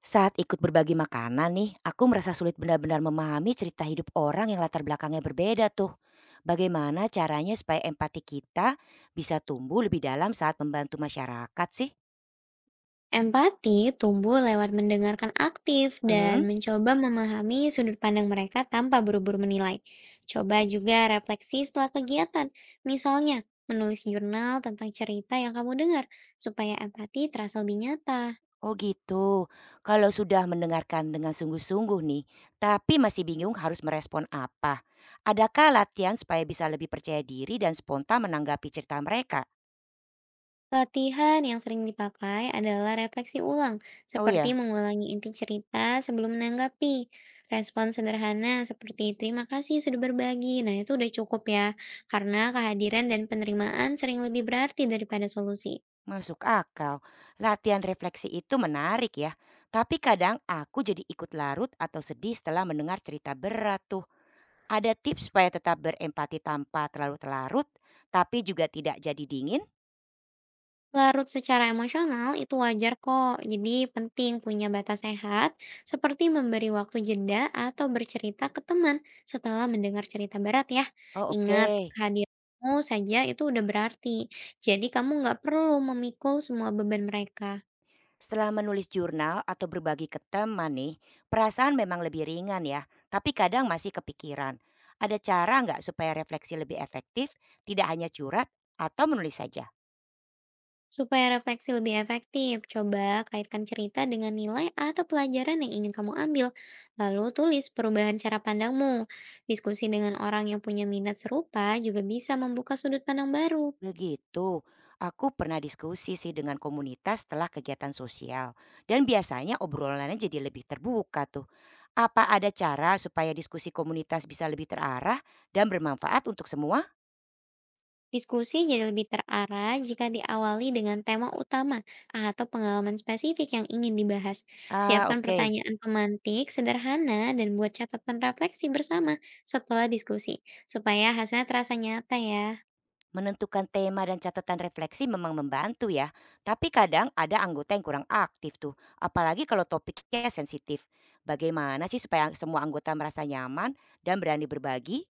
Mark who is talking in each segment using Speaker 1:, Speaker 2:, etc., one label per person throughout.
Speaker 1: Saat ikut berbagi makanan nih, aku merasa sulit benar-benar memahami cerita hidup orang yang latar belakangnya berbeda tuh. Bagaimana caranya supaya empati kita bisa tumbuh lebih dalam saat membantu masyarakat sih?
Speaker 2: Empati tumbuh lewat mendengarkan aktif dan
Speaker 1: Mhm.
Speaker 2: mencoba memahami sudut pandang mereka tanpa buru-buru menilai. Coba juga refleksi setelah kegiatan, misalnya menulis jurnal tentang cerita yang kamu dengar, supaya empati terasa lebih nyata.
Speaker 1: Oh gitu. Kalau sudah mendengarkan dengan sungguh-sungguh nih, tapi masih bingung harus merespon apa. Adakah latihan supaya bisa lebih percaya diri dan spontan menanggapi cerita mereka?
Speaker 2: Latihan yang sering dipakai adalah refleksi ulang,
Speaker 1: Oh
Speaker 2: seperti
Speaker 1: ya.
Speaker 2: mengulangi inti cerita sebelum menanggapi. Respon sederhana seperti terima kasih sudah berbagi. Nah, itu udah cukup ya, karena kehadiran dan penerimaan sering lebih berarti daripada solusi.
Speaker 1: Masuk akal. Latihan refleksi itu menarik ya. Tapi kadang aku jadi ikut larut atau sedih setelah mendengar cerita berat tuh. Ada tips supaya tetap berempati tanpa terlalu terlarut, tapi juga tidak jadi dingin?
Speaker 2: Larut secara emosional itu wajar kok, jadi penting punya batas sehat seperti memberi waktu jeda atau bercerita ke teman setelah mendengar cerita berat ya.
Speaker 1: Oh
Speaker 2: Ingat,
Speaker 1: oke.
Speaker 2: kehadiranmu saja itu udah berarti, jadi kamu nggak perlu memikul semua beban mereka.
Speaker 1: Setelah menulis jurnal atau berbagi ke teman nih, perasaan memang lebih ringan ya, tapi kadang masih kepikiran. Ada cara nggak supaya refleksi lebih efektif, tidak hanya curhat atau menulis saja?
Speaker 2: Supaya refleksi lebih efektif, coba kaitkan cerita dengan nilai atau pelajaran yang ingin kamu ambil. Lalu tulis perubahan cara pandangmu. Diskusi dengan orang yang punya minat serupa juga bisa membuka sudut pandang baru.
Speaker 1: Begitu. Aku pernah diskusi sih dengan komunitas setelah kegiatan sosial. Dan biasanya obrolannya jadi lebih terbuka tuh. Apa ada cara supaya diskusi komunitas bisa lebih terarah dan bermanfaat untuk semua?
Speaker 2: Diskusi jadi lebih terarah jika diawali dengan tema utama atau pengalaman spesifik yang ingin dibahas.
Speaker 1: Ah
Speaker 2: Siapkan
Speaker 1: oke.
Speaker 2: pertanyaan pemantik sederhana dan buat catatan refleksi bersama setelah diskusi, supaya hasilnya terasa nyata ya.
Speaker 1: Menentukan tema dan catatan refleksi memang membantu ya. Tapi kadang ada anggota yang kurang aktif tuh. Apalagi kalau topiknya sensitif. Bagaimana sih supaya semua anggota merasa nyaman dan berani berbagi?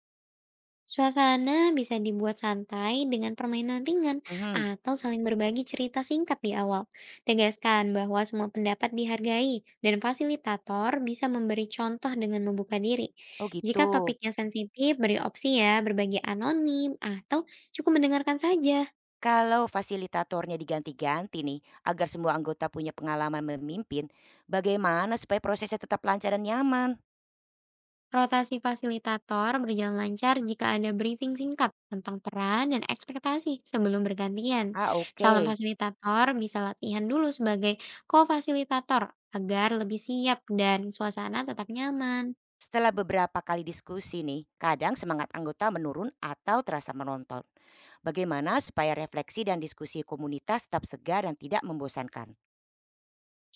Speaker 2: Suasana bisa dibuat santai dengan permainan ringan
Speaker 1: Mhm.
Speaker 2: atau saling berbagi cerita singkat di awal. Tegaskan bahwa semua pendapat dihargai dan fasilitator bisa memberi contoh dengan membuka diri.
Speaker 1: Oh gitu.
Speaker 2: Jika topiknya sensitif, beri opsi ya berbagi anonim atau cukup mendengarkan saja.
Speaker 1: Kalau fasilitatornya diganti-ganti nih, agar semua anggota punya pengalaman memimpin, bagaimana supaya prosesnya tetap lancar dan nyaman?
Speaker 2: Rotasi fasilitator berjalan lancar jika ada briefing singkat tentang peran dan ekspektasi sebelum bergantian.
Speaker 1: Ah,
Speaker 2: Calon
Speaker 1: oke.
Speaker 2: fasilitator bisa latihan dulu sebagai co-fasilitator agar lebih siap dan suasana tetap nyaman.
Speaker 1: Setelah beberapa kali diskusi nih, kadang semangat anggota menurun atau terasa menonton. Bagaimana supaya refleksi dan diskusi komunitas tetap segar dan tidak membosankan?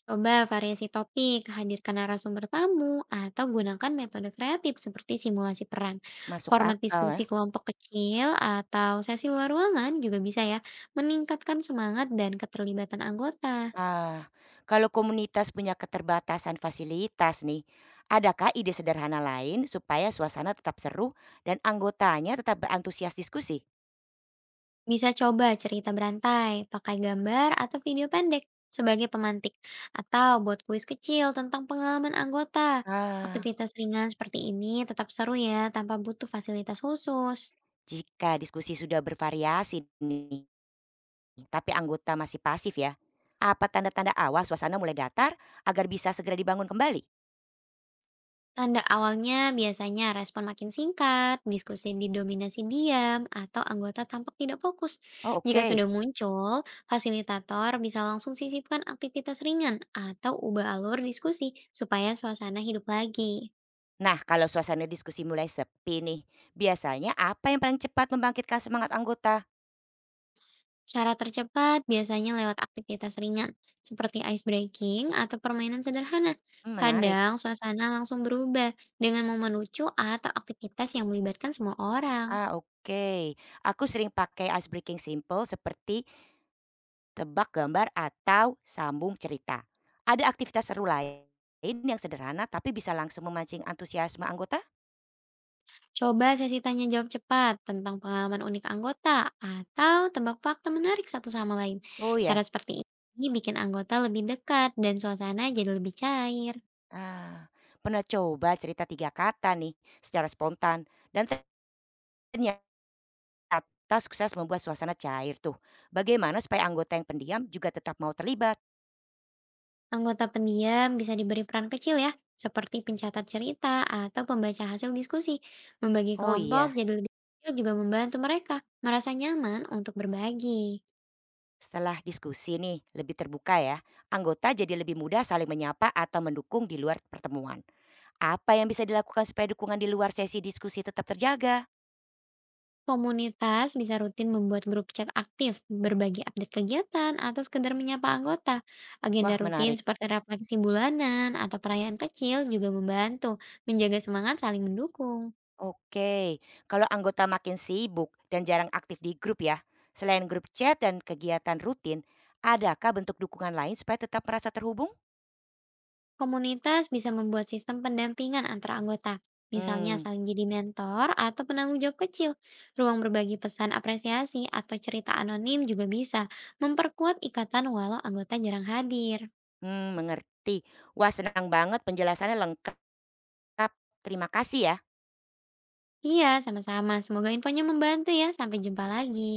Speaker 2: Coba variasi topik, hadirkan narasumber tamu, atau gunakan metode kreatif seperti simulasi peran.
Speaker 1: Masuk
Speaker 2: Format
Speaker 1: akal ya.
Speaker 2: diskusi kelompok kecil atau sesi luar ruangan juga bisa ya meningkatkan semangat dan keterlibatan anggota.
Speaker 1: Ah, kalau komunitas punya keterbatasan fasilitas nih, adakah ide sederhana lain supaya suasana tetap seru dan anggotanya tetap berantusias diskusi?
Speaker 2: Bisa coba cerita berantai, pakai gambar atau video pendek sebagai pemantik, atau buat kuis kecil tentang pengalaman anggota.
Speaker 1: Ah,
Speaker 2: Aktivitas ringan seperti ini tetap seru ya, tanpa butuh fasilitas khusus.
Speaker 1: jika diskusi sudah bervariasi nih, tapi anggota masih pasif ya. Apa tanda-tanda awal suasana mulai datar agar bisa segera dibangun kembali?
Speaker 2: Tanda awalnya biasanya respon makin singkat, diskusi didominasi diam, atau anggota tampak tidak fokus.
Speaker 1: Oh,
Speaker 2: Jika
Speaker 1: oke.
Speaker 2: sudah muncul, fasilitator bisa langsung sisipkan aktivitas ringan atau ubah alur diskusi supaya suasana hidup lagi.
Speaker 1: Nah, kalau suasana diskusi mulai sepi nih, biasanya apa yang paling cepat membangkitkan semangat anggota?
Speaker 2: Cara tercepat biasanya lewat aktivitas ringan, seperti ice breaking atau permainan sederhana.
Speaker 1: Hmm, menarik.
Speaker 2: Kadang suasana langsung berubah dengan momen lucu atau aktivitas yang melibatkan semua orang.
Speaker 1: Ah, oke. Aku sering pakai ice breaking simple seperti tebak gambar atau sambung cerita. Ada aktivitas seru lain yang sederhana tapi bisa langsung memancing antusiasme anggota?
Speaker 2: Coba sesi tanya jawab cepat tentang pengalaman unik anggota atau tebak fakta menarik satu sama lain.
Speaker 1: Oh
Speaker 2: Cara
Speaker 1: ya,
Speaker 2: seperti ini bikin anggota lebih dekat dan suasana jadi lebih cair.
Speaker 1: ah, pernah coba cerita tiga kata nih secara spontan dan ternyata sukses membuat suasana cair tuh. Bagaimana supaya anggota yang pendiam juga tetap mau terlibat?
Speaker 2: Anggota pendiam bisa diberi peran kecil ya, seperti pencatat cerita atau pembaca hasil diskusi. Membagi
Speaker 1: Oh
Speaker 2: kelompok
Speaker 1: iya.
Speaker 2: jadi lebih kecil juga membantu mereka merasa nyaman untuk berbagi.
Speaker 1: Setelah diskusi nih, lebih terbuka ya, anggota jadi lebih mudah saling menyapa atau mendukung di luar pertemuan. Apa yang bisa dilakukan supaya dukungan di luar sesi diskusi tetap terjaga?
Speaker 2: Komunitas bisa rutin membuat grup chat aktif, berbagi update kegiatan, atau sekedar menyapa anggota. Agenda
Speaker 1: Wah
Speaker 2: rutin
Speaker 1: menarik.
Speaker 2: seperti refleksi bulanan atau perayaan kecil juga membantu menjaga semangat saling mendukung.
Speaker 1: Oke, kalau anggota makin sibuk dan jarang aktif di grup ya, selain grup chat dan kegiatan rutin, adakah bentuk dukungan lain supaya tetap merasa terhubung?
Speaker 2: Komunitas bisa membuat sistem pendampingan antara anggota, misalnya
Speaker 1: Hmm,
Speaker 2: saling jadi mentor atau penanggung jawab kecil. Ruang berbagi pesan apresiasi atau cerita anonim juga bisa memperkuat ikatan walau anggota jarang hadir.
Speaker 1: hmm mengerti. Wah senang banget penjelasannya lengkap. Terima kasih ya.
Speaker 2: Iya, sama-sama. Semoga infonya membantu ya. Sampai jumpa lagi.